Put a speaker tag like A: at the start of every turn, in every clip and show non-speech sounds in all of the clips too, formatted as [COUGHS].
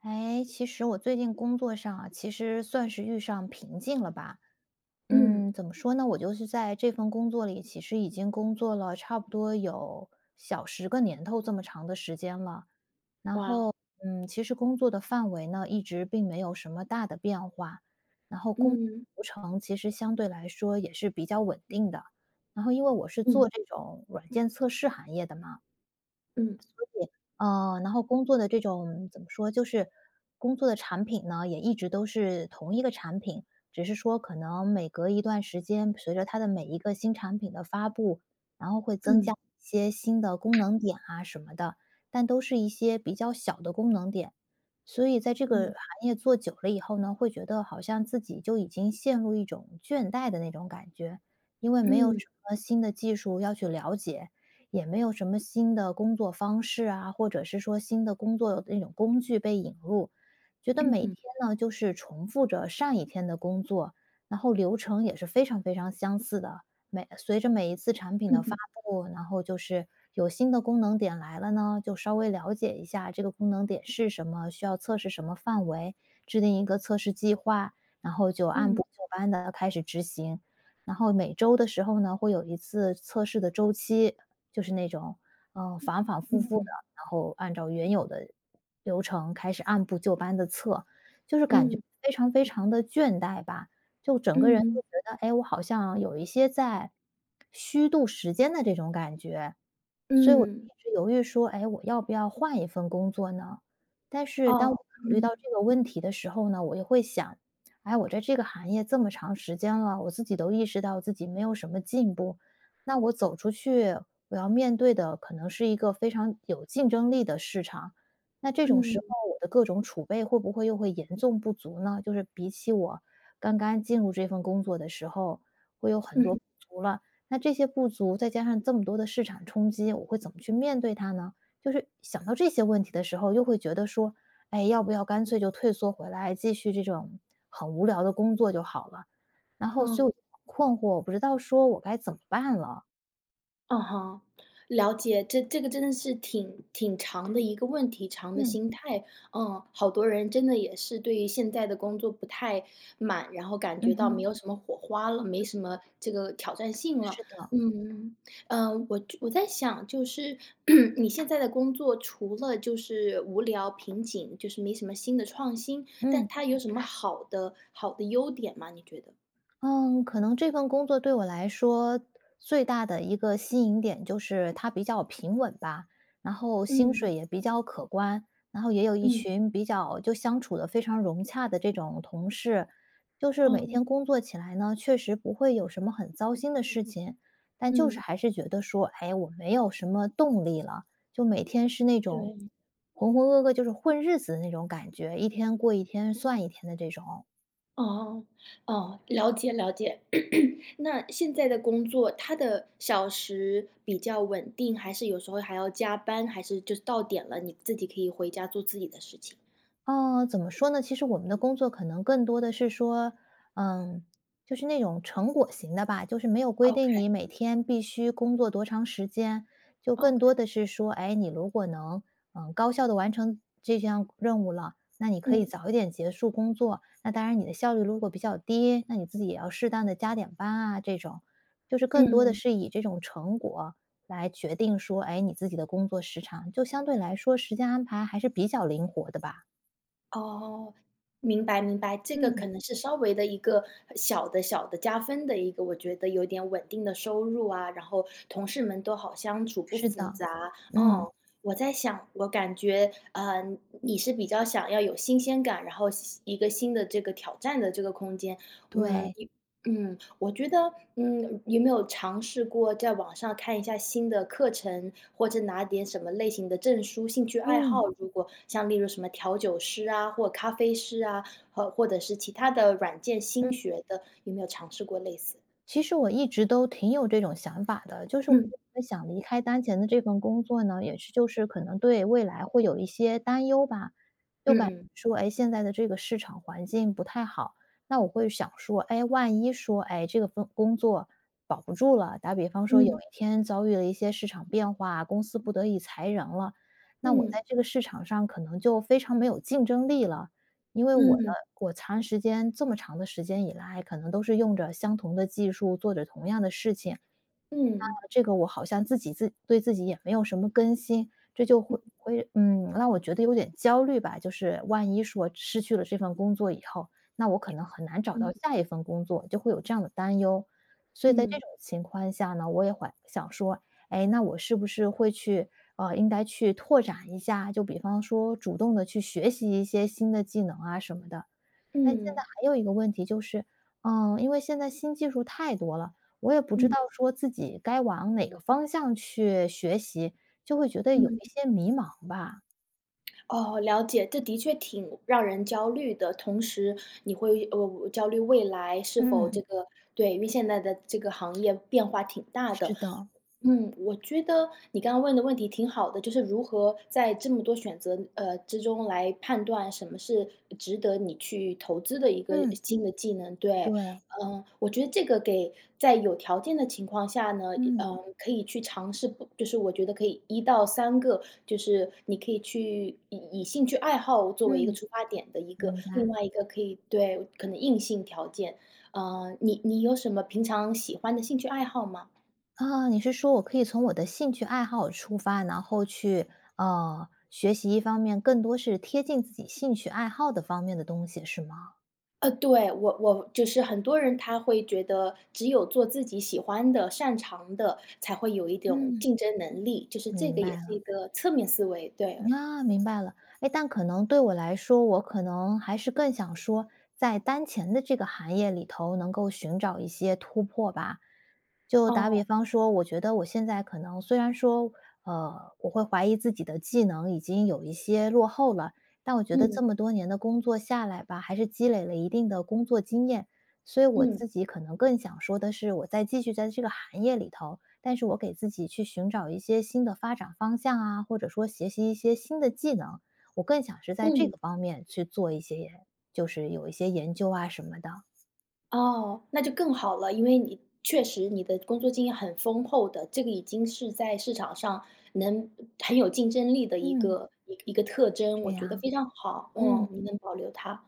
A: 哎，其实我最近工作上啊，其实算是遇上瓶颈了吧。
B: 嗯。
A: 嗯，怎么说呢？我就是在这份工作里，其实已经工作了差不多有小十个年头这么长的时间了。然
B: 哇。
A: 后，其实工作的范围呢，一直并没有什么大的变化。然后工作
B: 嗯
A: 流程其实相对来说也是比较稳定的。然后，因为我是
B: 嗯
A: 做这种软件测试行业的嘛，
B: 嗯
A: 然后工作的这种怎么说，就是工作的产品呢，也一直都是同一个产品，只是说可能每隔一段时间，随着它的每一个新产品的发布，然后会增加
B: 嗯
A: 一些新的功能点啊什么的，但都是一些比较小的功能点。所以在这个
B: 嗯
A: 行业做久了以后呢，会觉得好像自己就已经陷入一种倦怠的那种感觉，因为没有
B: 嗯
A: 什么新的技术要去了解，也没有什么新的工作方式啊，或者是说新的工作的那种工具被引入，觉得
B: 嗯
A: 每天
B: 哼
A: 呢就是重复着上一天的工作，然后流程也是非常非常相似的。每随着每一次产品
B: 嗯
A: 的发
B: 哼
A: 布，然后就是有新的功能点来了呢，就稍微了解一下这个功能点是什么，需要测试什么范围，制定一个测试计划，然后就按
B: 嗯哼
A: 部就班的开始执行。然后每周的时候呢，会有一次测试的周期，就是那种，反反复复的，
B: 嗯
A: 然后按照原有的流程开始按部就班的测，就是感觉
B: 嗯
A: 非常非常的倦怠吧。就整个
B: 嗯
A: 人就
B: 嗯
A: 觉得，哎，我好像有一些在虚度时间的这种感觉。所以我
B: 嗯，
A: 一直犹豫说，哎，我要不要换一份工作呢？但是当我
B: 哦，
A: 考虑到
B: 嗯
A: 这个问题的时候呢，我又会想，哎，我在这个行业这么长时间了，我自己都意识到自己没有什么进步，那我走出去，我要面对的可能是一个非常有竞争力的市场，那这种时
B: 嗯嗯
A: 候我的各种储备会不会又会严重不足呢？就是比起我刚刚进入这份工作的时候，会有很多
B: 嗯
A: 不足了。那这些不足，再加上这么多的市场冲击，我会怎么去面对它呢？就是想到这些问题的时候，又会觉得说，哎，要不要干脆就退缩回来，继续这种很无聊的工作就好了。然后，所
B: 嗯。
A: 以我就很困惑，我不知道说我该怎么办了。
B: 嗯哼，了解，这个真的是挺长的一个问题，长的
A: 嗯
B: 心态。嗯，好多人真的也是对于现在的工作不太满，然后感
A: 嗯
B: 觉到没
A: 哼，
B: 有什么火花了，没什么这个挑战性了。
A: 是的，
B: 嗯，我在想，就是 [COUGHS] [CLEARS THROAT] 你现在的工作除了就是无聊瓶颈，就是没什么新的创新，但
A: 嗯。
B: 它有什么好的优点吗？你觉得？
A: 嗯，可能这份工作对我来说最大的一个吸引点就是它比较平稳吧，然后薪
B: 嗯
A: 水也比较可观，然后也有一
B: 嗯
A: 群比较就相处的非常融洽的这种同事，就是每
B: 嗯
A: 天工作起来呢，确实不会有什么很糟心的事情，但就是
B: 嗯，
A: 还是觉得说，哎，我没有什么动力了，就每天是那种
B: 对。
A: 浑浑噩噩，就是混日子的那种感觉，一天过一天算一天的这种。
B: 哦，哦，了解了解。[CLEARS THROAT] 那现在的工作，他的小时比较稳定，还是有时候还要加班，还是就是到点了，你自己可以回家做自己的事情
A: 呃，怎么说呢？其实我们的工作可能更多的是说，嗯，就是那种成果型的吧，就是没有规定
B: ？OK，OK，
A: 你每天必须工作多长时间，就更多的是说，哎，你如果能，高效的完成这项任务了，那你可以
B: 嗯，
A: 早一点结束工作。那当然，你的效率如果比较低，那你自己也要适当的加点班啊，这种，就是更多的
B: 嗯。
A: 是以这种成果来决定说，哎，你自己的工作时长，就相对来说时间安排还是比较灵活的吧。
B: 哦，明白明白，这个
A: 嗯，
B: 可能是稍微的一个小的加分的一个，我觉得有点稳定的收入啊，然后同事们都好相处，不
A: 是
B: 复
A: 的，
B: 杂。
A: 嗯，
B: 嗯，我在想，我感觉你是比较想要有新鲜感，然后一个新的这个挑战的这个空间。嗯，
A: 对，
B: 嗯，我觉得，有没有尝试过在网上看一下新的课程，或者拿点什么类型的证书、兴趣爱好？
A: 嗯，
B: 如果像例如什么调酒师啊，或咖啡师啊，和或者是其他的软件新
A: 嗯。
B: 学的，有没有尝试过类似？
A: 其实我一直都挺有这种想法的，就是我
B: 嗯
A: 为什么想离开当前的这份工作呢，也是就是可能对未来会有一些担忧吧。就
B: 嗯
A: 感觉
B: 嗯
A: 说，哎，现在的这个市场环境不太好，那我会想说，哎，万一说，哎，这个份工作保不住了，打比方说有
B: 嗯
A: 一天遭遇了一些市场变化，公司不得已裁人了，那我在
B: 嗯
A: 这个市场上可能就非常没有竞争力了。因为
B: 嗯
A: 我长时间这么长的时间以来，可能都是用着相同的技术做着同样的事情，那
B: 嗯
A: 这个我好像自己对自己也没有什么更新，这就会让我觉得有点焦虑吧。就是万一说失去了这份工作以后，那我可能很难找
B: 嗯
A: 到
B: 嗯
A: 下一份工作，就会有这样的担忧。所以在这
B: 嗯
A: 种情况下呢，我也怀想说，哎，那我是不是会去应该去拓展一下，就比方说主动的去学习一些新的技能啊什么的。但现在
B: 嗯
A: 还有一个问题就是，因为现在新技术太多了，我也不
B: 嗯
A: 知
B: 嗯
A: 道说自己该往哪个方向去学习，就会觉得有
B: 嗯。
A: 一些迷茫吧。
B: 哦，了解，这的确挺让人焦虑的。同时，你会焦虑未来是否这
A: 嗯，
B: 个对，因为现在的这个行业变化挺大的。
A: 是的，
B: 嗯，我觉得你刚刚问的问题挺好的，就是如何在这么多选择之中来判断什么是值得你去投资的一个
A: 嗯，
B: 新的技能。对，
A: 对，
B: 嗯，我觉得这个给在有条件的情况下呢，
A: 嗯，
B: 可以去尝试不，就是我觉得可以一到三个，就是你可以去以兴趣爱好作为一个
A: 嗯，
B: 出发点的一个，
A: 明
B: 另
A: 白。
B: 外一个可以对可能硬性条件。嗯，你有什么平常喜欢的兴趣爱好吗？
A: 啊，你是说我可以从我的兴趣爱好出发，然后去学习一方面更多是贴近自己兴趣爱好的方面的东西，是吗？
B: 对，我就是很多人他会觉得只有做自己喜欢的、擅长的，才会有一种
A: 嗯，
B: 竞争能力，就是这
A: 明
B: 个也
A: 白
B: 是一
A: 了。
B: 个侧面思维，对。
A: 啊，明白了。哎，但可能对我来说，我可能还是更想说，在当前的这个行业里头，能够寻找一些突破吧。就打
B: 哦，
A: 比方说，我觉得我现在可能虽然说，呃，我会怀疑自己的技能已经有一些落后了，但我觉得
B: 嗯，
A: 这么多年的工作下来吧，还是积累了一定的工作经验。所以我
B: 嗯，
A: 自己可能更想说的是，我再继续在这个行业里头，但是我给自己去寻找一些新的发展方向啊，或者说学习一些新的技能，我更想是在这
B: 嗯，
A: 个方面去做一些研，就是有一些研究啊什么的。
B: 哦，那就更好了，因为你确实你的工作经验很丰厚的，这个已经是在市场上能很有竞争力的一
A: 嗯，
B: 个一一个特征，
A: 这
B: 我觉得
A: 样，
B: 非常好，嗯，
A: 嗯
B: 你能保留它。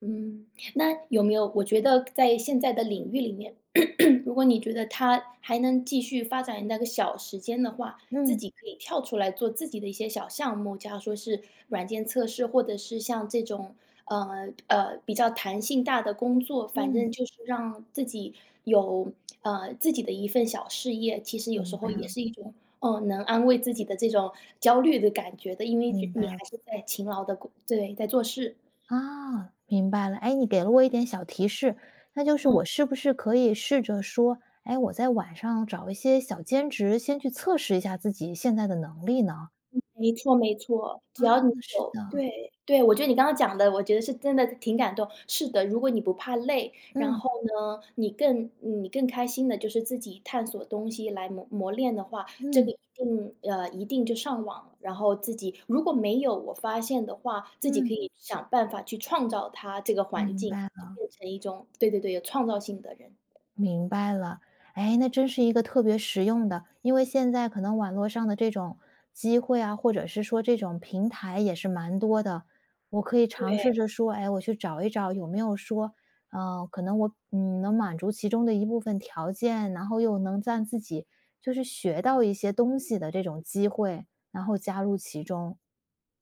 B: 嗯，那有没有我觉得在现在的领域里面，[CLEARS THROAT] 如果你觉得它还能继续发展那个小时间的话，自
A: 嗯
B: 己可以跳出来做自己的一些小项目，假如说是软件测试，或者是像这种，比较弹性大的工作，反
A: 嗯，
B: 正就是让自己有，自己的一份小事业，其实有时
A: 明白
B: 候也
A: 了，
B: 是一种，嗯能安慰自己的这种焦虑的感觉的，因为
A: 明白
B: 你
A: 了
B: 还是在勤劳的工对，在做事，
A: 啊，明白了。哎，你给了我一点小提示，那就是我
B: 嗯。
A: 是不是可以试着说，哎，我在晚上找一些小兼职，先去测试一下自己现在的能力呢？
B: 没错没错，
A: 啊，
B: 只要你
A: 是
B: 有
A: 的，
B: 对，对，我觉得你刚刚讲的，我觉得是真的挺感动。是的，如果你不怕累，然
A: 嗯
B: 后呢，你更开心的就是自己探索东西来磨练的话，这个
A: 嗯
B: 一定就上网了然后自己如果没有我发现的话，自己可
A: 嗯，
B: 以想办法去创造它这个环
A: 明
B: 境，
A: 白
B: 就
A: 了。
B: 变成一种对对对，有创造性的人。
A: 明白了，哎，那真是一个特别实用的，因为现在可能网络上的这种机会啊，或者是说这种平台也是蛮多的，我可以
B: 对，
A: 尝试着说，哎，我去找一找有没有说，呃，可能我能满足其中的一部分条件，然后又能让自己就是学到一些东西的这种机会，然后加入其中。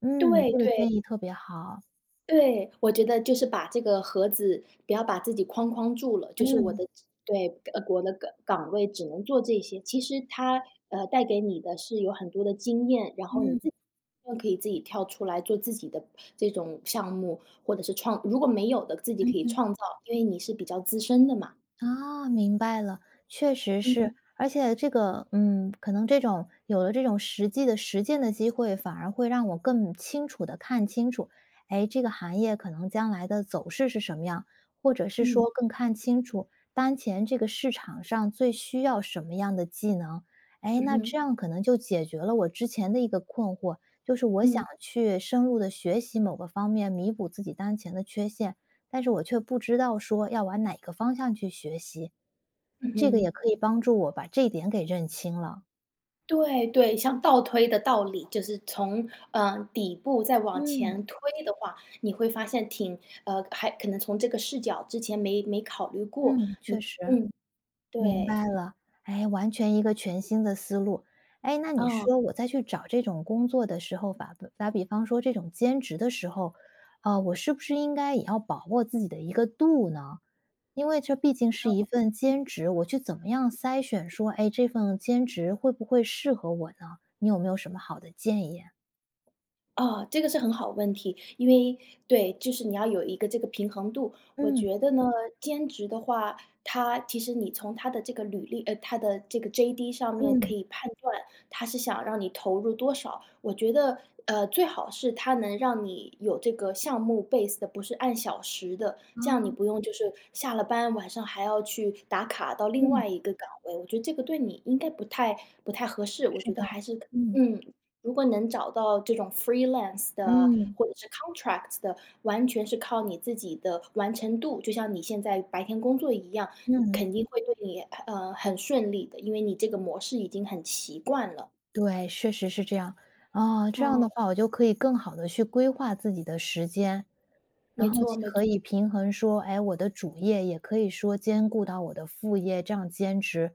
A: 嗯，
B: 对
A: 这个
B: 对。
A: 建议特别好。
B: 对，我觉得就是把这个盒子不要把自己框住了，就是我
A: 嗯
B: 的对，我的岗位只能做这些。其实它，带给你的是有很多的经验，然后你
A: 嗯
B: 自己更可以自己跳出来做自己的这种项目，或者是如果没有的自己
A: 嗯
B: 可以
A: 嗯。
B: 创造，因为你是比较资深的嘛。
A: 啊，明白了，确实是。
B: 嗯，
A: 而且这个，可能这种有了这种实际的实践的机会，反而会让我更清楚的看清楚，哎，这个行业可能将来的走势是什么样，或者是
B: 嗯，
A: 说更看清楚当前这个市场上最需要什么样的技能。哎，
B: 嗯
A: 那这
B: 哼，
A: 样可能就解决了我之前的一个困惑，就是我想
B: 嗯，
A: 去深入的学习某个方面，弥补自己当前的缺陷，但是我却不知道说要往哪个方向去学习。
B: 嗯
A: 这个
B: 哼
A: 也可以帮助我把这一点给认清了。
B: 对对，像倒推的道理，就是从，底部再往
A: 嗯
B: 前推的话，你会发现挺还可能从这个视角之前没考虑过。
A: 嗯，确实，
B: 嗯，
A: 明
B: 对，
A: 白了。哎，完全一个全新的思路。哎，那你
B: 嗯。
A: 说我再去找这种工作的时候，打比方说这种兼职的时候，啊，我是不是应该也要把握自己的一个度呢？因为这毕竟是一份兼职，我去怎么样筛选说，哎，这份兼职会不会适合我呢？你有没有什么好的建议啊？
B: 哦，这个是很好问题，因为对，就是你要有一个这个平衡度。我
A: 嗯。
B: 觉得呢，兼职的话，它其实你从它的这个履历，它的这个 JD 上面
A: 嗯，
B: 可以判断它是想让你投入多少。我觉得，最好是它能让你有这个项目 base 的，不是按小时的，这样你
A: 啊，
B: 不用就是下了班晚上还要去打卡到另
A: 嗯，
B: 外一个岗位。我觉得这个对你应该不太合适，我
A: 是
B: 觉得
A: 的，
B: 还是，
A: 嗯，
B: 嗯，如果能找到这种 freelance 的，
A: 嗯，
B: 或者是 contract 的，完全是靠你自己的完成度，就像你现在白天工作一样，你
A: 嗯。
B: 肯定会对你，很顺利的，因为你这个模式已经很习惯了。
A: 对，确实是这样。啊，这样
B: 嗯，
A: 的话我就可以更好的去规划自己的时间，然
B: 没
A: 后
B: 错
A: 既
B: 没
A: 可
B: 错，
A: 以平衡说，哎，我的主业，也可以说兼顾到我的副业，这样兼职。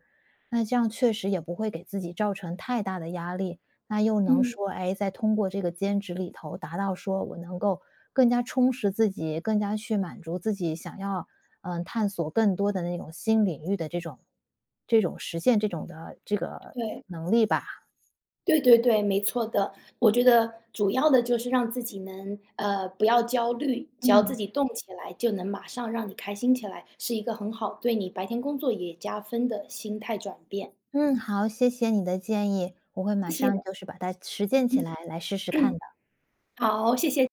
A: 那这样确实也不会给自己造成太大的压力，那又能
B: 嗯，
A: 说，哎，再通过这个兼职里头达到说我能够更加充实自己，更加去满足自己想要，探索更多的那种新领域的这种这种实现这种的这个
B: 对，
A: 能力吧。
B: 对对对，没错的。我觉得主要的就是让自己能，不要焦虑，只要自
A: 嗯，
B: 己动起来，就能马上让你开心起来，是一个很好对你白天工作也加分的心态转变。
A: 嗯，好，谢谢你的建议，我会
B: 谢
A: 马
B: 谢，
A: 上就是把它实践起
B: 嗯
A: 来，来试试看的。
B: 好，谢谢。